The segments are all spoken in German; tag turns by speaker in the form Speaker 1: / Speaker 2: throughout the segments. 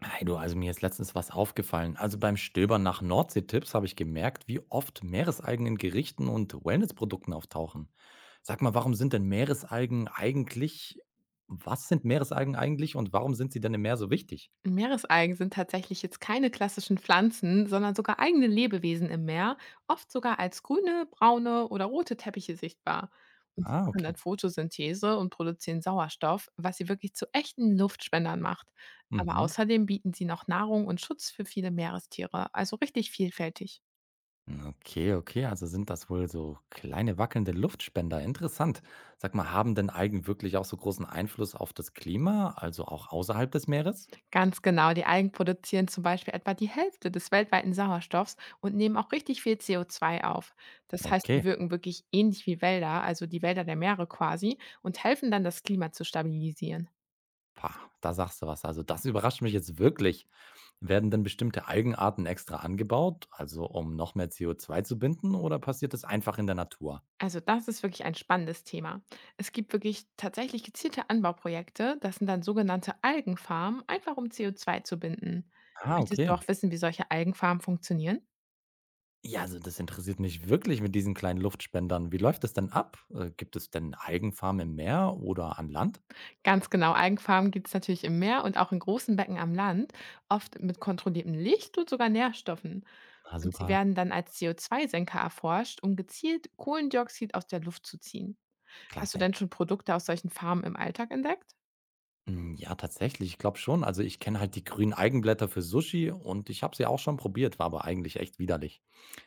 Speaker 1: Hey du, also mir ist letztens was aufgefallen. Also beim Stöbern nach Nordsee-Tipps habe ich gemerkt, wie oft Meeresalgen in Gerichten und Wellnessprodukten auftauchen. Sag mal, warum sind denn Meeresalgen eigentlich, Was sind Meeresalgen eigentlich und warum sind sie denn im Meer so wichtig?
Speaker 2: Meeresalgen sind tatsächlich jetzt keine klassischen Pflanzen, sondern sogar eigene Lebewesen im Meer, oft sogar als grüne, braune oder rote Teppiche sichtbar. Und sie
Speaker 1: Ah,
Speaker 2: machen
Speaker 1: okay.
Speaker 2: dann Photosynthese und produzieren Sauerstoff, was sie wirklich zu echten Luftspendern macht. Aber
Speaker 1: Mhm.
Speaker 2: außerdem bieten sie noch Nahrung und Schutz für viele Meerestiere, also richtig vielfältig.
Speaker 1: Okay, okay, also sind das wohl so kleine wackelnde Luftspender. Interessant. Sag mal, haben denn Algen wirklich auch so großen Einfluss auf das Klima, also auch außerhalb des Meeres?
Speaker 2: Ganz genau. Die Algen produzieren zum Beispiel etwa die Hälfte des weltweiten Sauerstoffs und nehmen auch richtig viel CO2 auf. Das heißt, sie
Speaker 1: Okay.
Speaker 2: wirken wirklich ähnlich wie Wälder, also die Wälder der Meere quasi, und helfen dann, das Klima zu stabilisieren.
Speaker 1: Pah, da sagst du was. Also das überrascht mich jetzt wirklich. Werden denn bestimmte Algenarten extra angebaut, also um noch mehr CO2 zu binden, oder passiert das einfach in der Natur?
Speaker 2: Also das ist wirklich ein spannendes Thema. Es gibt wirklich tatsächlich gezielte Anbauprojekte, das sind dann sogenannte Algenfarmen, einfach um CO2 zu binden.
Speaker 1: Ah,
Speaker 2: Möchtest
Speaker 1: okay.
Speaker 2: du auch wissen, wie solche Algenfarmen funktionieren?
Speaker 1: Ja, also das interessiert mich wirklich mit diesen kleinen Luftspendern. Wie läuft das denn ab? Gibt es denn Algenfarmen im Meer oder an Land?
Speaker 2: Ganz genau. Algenfarmen gibt es natürlich im Meer und auch in großen Becken am Land, oft mit kontrolliertem Licht und sogar Nährstoffen.
Speaker 1: Ah,
Speaker 2: Und sie
Speaker 1: super.
Speaker 2: werden dann als CO2-Senker erforscht, um gezielt Kohlendioxid aus der Luft zu ziehen. Hast du
Speaker 1: Klasse.
Speaker 2: denn schon Produkte aus solchen Farmen im Alltag entdeckt?
Speaker 1: Hm, ja, tatsächlich, ich glaube schon. Also, ich kenne halt die grünen Eigenblätter für Sushi und ich habe sie auch schon probiert, war aber eigentlich echt widerlich.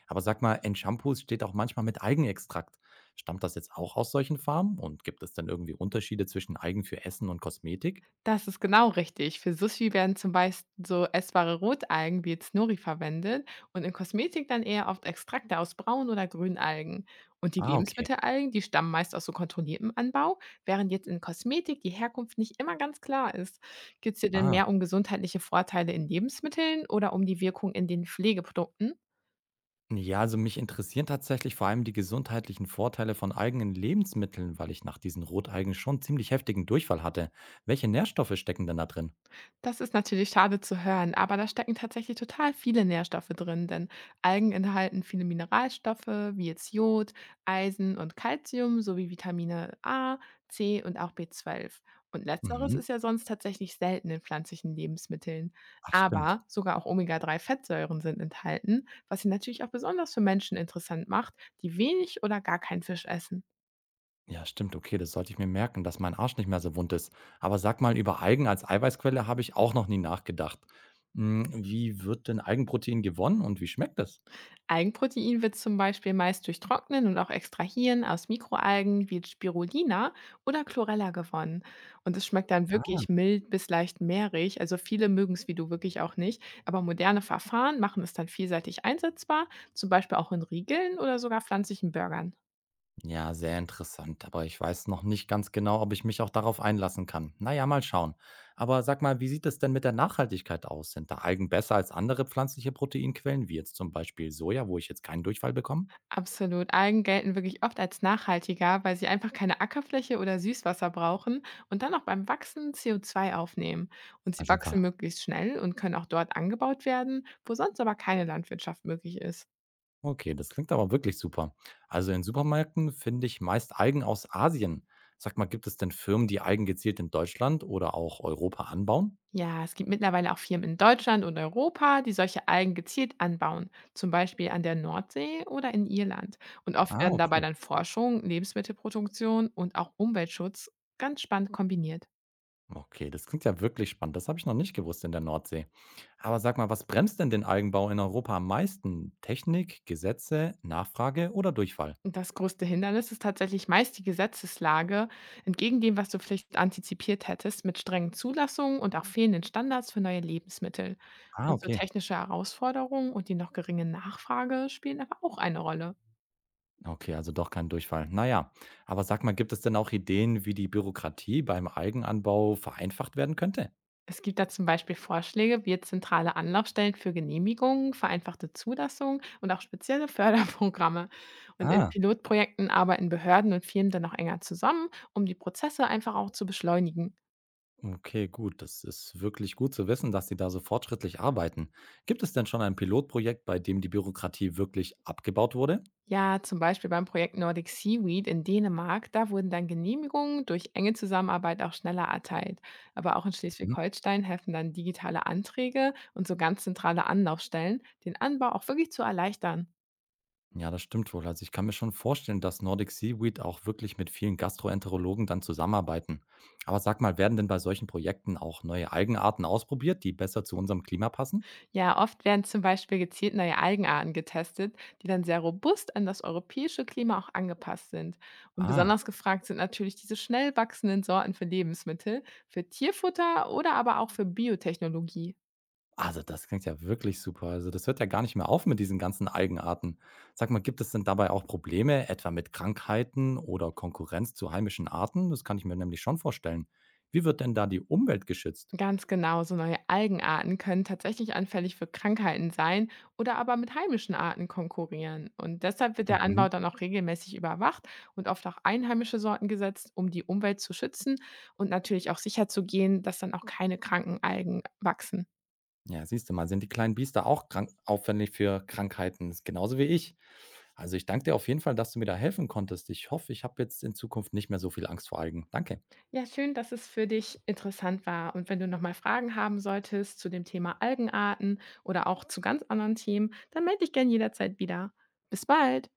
Speaker 1: Aber sag mal, in Shampoos steht auch manchmal mit Eigenextrakt. Stammt das jetzt auch aus solchen Farmen und gibt es denn irgendwie Unterschiede zwischen Eigen für Essen und Kosmetik?
Speaker 2: Das ist genau richtig. Für Sushi werden zum Beispiel so essbare Rotalgen wie jetzt Nori verwendet und in Kosmetik dann eher oft Extrakte aus Braun- oder Grünalgen. Und die
Speaker 1: Ah, okay.
Speaker 2: Lebensmittelalgen, die stammen meist aus so kontrolliertem Anbau, während jetzt in Kosmetik die Herkunft nicht immer ganz klar ist. Geht es dir denn
Speaker 1: Ah.
Speaker 2: mehr um gesundheitliche Vorteile in Lebensmitteln oder um die Wirkung in den Pflegeprodukten?
Speaker 1: Ja, also mich interessieren tatsächlich vor allem die gesundheitlichen Vorteile von eigenen Lebensmitteln, weil ich nach diesen Roteigen schon ziemlich heftigen Durchfall hatte. Welche Nährstoffe stecken denn da drin?
Speaker 2: Das ist natürlich schade zu hören, aber da stecken tatsächlich total viele Nährstoffe drin, denn Algen enthalten viele Mineralstoffe wie jetzt Jod, Eisen und Calcium sowie Vitamine A, C und auch B12. Und letzteres
Speaker 1: Mhm.
Speaker 2: ist ja sonst tatsächlich selten in pflanzlichen Lebensmitteln.
Speaker 1: Ach, stimmt.
Speaker 2: Aber sogar auch Omega-3-Fettsäuren sind enthalten, was sie natürlich auch besonders für Menschen interessant macht, die wenig oder gar keinen Fisch essen.
Speaker 1: Ja, stimmt. Okay, das sollte ich mir merken, dass mein Arsch nicht mehr so wund ist. Aber sag mal, über Algen als Eiweißquelle habe ich auch noch nie nachgedacht. Hm, wie wird denn Algenprotein gewonnen und wie schmeckt es?
Speaker 2: Algenprotein wird zum Beispiel meist durch Trocknen und auch Extrahieren aus Mikroalgen wie Spirulina oder Chlorella gewonnen. Und es schmeckt dann
Speaker 1: Ah.
Speaker 2: wirklich mild bis leicht mehrig. Also viele mögen es wie du wirklich auch nicht. Aber moderne Verfahren machen es dann vielseitig einsetzbar, zum Beispiel auch in Riegeln oder sogar pflanzlichen Burgern.
Speaker 1: Ja, sehr interessant. Aber ich weiß noch nicht ganz genau, ob ich mich auch darauf einlassen kann. Naja, mal schauen. Aber sag mal, wie sieht es denn mit der Nachhaltigkeit aus? Sind da Algen besser als andere pflanzliche Proteinquellen, wie jetzt zum Beispiel Soja, wo ich jetzt keinen Durchfall bekomme?
Speaker 2: Absolut. Algen gelten wirklich oft als nachhaltiger, weil sie einfach keine Ackerfläche oder Süßwasser brauchen und dann auch beim Wachsen CO2 aufnehmen. Und sie
Speaker 1: Also.
Speaker 2: wachsen möglichst schnell und können auch dort angebaut werden, wo sonst aber keine Landwirtschaft möglich ist.
Speaker 1: Okay, das klingt aber wirklich super. Also in Supermärkten finde ich meist Algen aus Asien. Sag mal, gibt es denn Firmen, die Algen gezielt in Deutschland oder auch Europa anbauen?
Speaker 2: Ja, es gibt mittlerweile auch Firmen in Deutschland und Europa, die solche Algen gezielt anbauen, zum Beispiel an der Nordsee oder in Irland. Und oft
Speaker 1: Ah,
Speaker 2: werden dabei
Speaker 1: okay.
Speaker 2: dann Forschung, Lebensmittelproduktion und auch Umweltschutz ganz spannend kombiniert.
Speaker 1: Okay, das klingt ja wirklich spannend. Das habe ich noch nicht gewusst in der Nordsee. Aber sag mal, was bremst denn den Algenbau in Europa am meisten? Technik, Gesetze, Nachfrage oder Durchfall?
Speaker 2: Das größte Hindernis ist tatsächlich meist die Gesetzeslage, entgegen dem, was du vielleicht antizipiert hättest, mit strengen Zulassungen und auch fehlenden Standards für neue Lebensmittel.
Speaker 1: Ah,
Speaker 2: Und so
Speaker 1: okay.
Speaker 2: technische Herausforderungen und die noch geringe Nachfrage spielen aber auch eine Rolle.
Speaker 1: Okay, also doch kein Durchfall. Naja, aber sag mal, gibt es denn auch Ideen, wie die Bürokratie beim Algenanbau vereinfacht werden könnte?
Speaker 2: Es gibt da zum Beispiel Vorschläge wie jetzt zentrale Anlaufstellen für Genehmigungen, vereinfachte Zulassungen und auch spezielle Förderprogramme. Und in
Speaker 1: Ah.
Speaker 2: Pilotprojekten arbeiten Behörden und Firmen dann noch enger zusammen, um die Prozesse einfach auch zu beschleunigen.
Speaker 1: Okay, gut. Das ist wirklich gut zu wissen, dass Sie da so fortschrittlich arbeiten. Gibt es denn schon ein Pilotprojekt, bei dem die Bürokratie wirklich abgebaut wurde?
Speaker 2: Ja, zum Beispiel beim Projekt Nordic Seaweed in Dänemark, da wurden dann Genehmigungen durch enge Zusammenarbeit auch schneller erteilt. Aber auch in
Speaker 1: Mhm.
Speaker 2: Schleswig-Holstein helfen dann digitale Anträge und so ganz zentrale Anlaufstellen, den Anbau auch wirklich zu erleichtern.
Speaker 1: Ja, das stimmt wohl. Also ich kann mir schon vorstellen, dass Nordic Seaweed auch wirklich mit vielen Gastroenterologen dann zusammenarbeiten. Aber sag mal, werden denn bei solchen Projekten auch neue Algenarten ausprobiert, die besser zu unserem Klima passen?
Speaker 2: Ja, oft werden zum Beispiel gezielt neue Algenarten getestet, die dann sehr robust an das europäische Klima auch angepasst sind. Und
Speaker 1: Ah.
Speaker 2: besonders gefragt sind natürlich diese schnell wachsenden Sorten für Lebensmittel, für Tierfutter oder aber auch für Biotechnologie.
Speaker 1: Also, das klingt ja wirklich super. Also, das hört ja gar nicht mehr auf mit diesen ganzen Algenarten. Sag mal, gibt es denn dabei auch Probleme, etwa mit Krankheiten oder Konkurrenz zu heimischen Arten? Das kann ich mir nämlich schon vorstellen. Wie wird denn da die Umwelt geschützt?
Speaker 2: Ganz genau, so neue Algenarten können tatsächlich anfällig für Krankheiten sein oder aber mit heimischen Arten konkurrieren. Und deshalb wird der
Speaker 1: Mhm.
Speaker 2: Anbau dann auch regelmäßig überwacht und oft auch einheimische Sorten gesetzt, um die Umwelt zu schützen und natürlich auch sicherzugehen, dass dann auch keine kranken Algen wachsen.
Speaker 1: Ja, siehst du mal, sind die kleinen Biester auch krank aufwendig für Krankheiten, ist genauso wie ich. Also ich danke dir auf jeden Fall, dass du mir da helfen konntest. Ich hoffe, ich habe jetzt in Zukunft nicht mehr so viel Angst vor Algen. Danke.
Speaker 2: Ja, schön, dass es für dich interessant war. Und wenn du nochmal Fragen haben solltest zu dem Thema Algenarten oder auch zu ganz anderen Themen, dann melde dich gerne jederzeit wieder. Bis bald!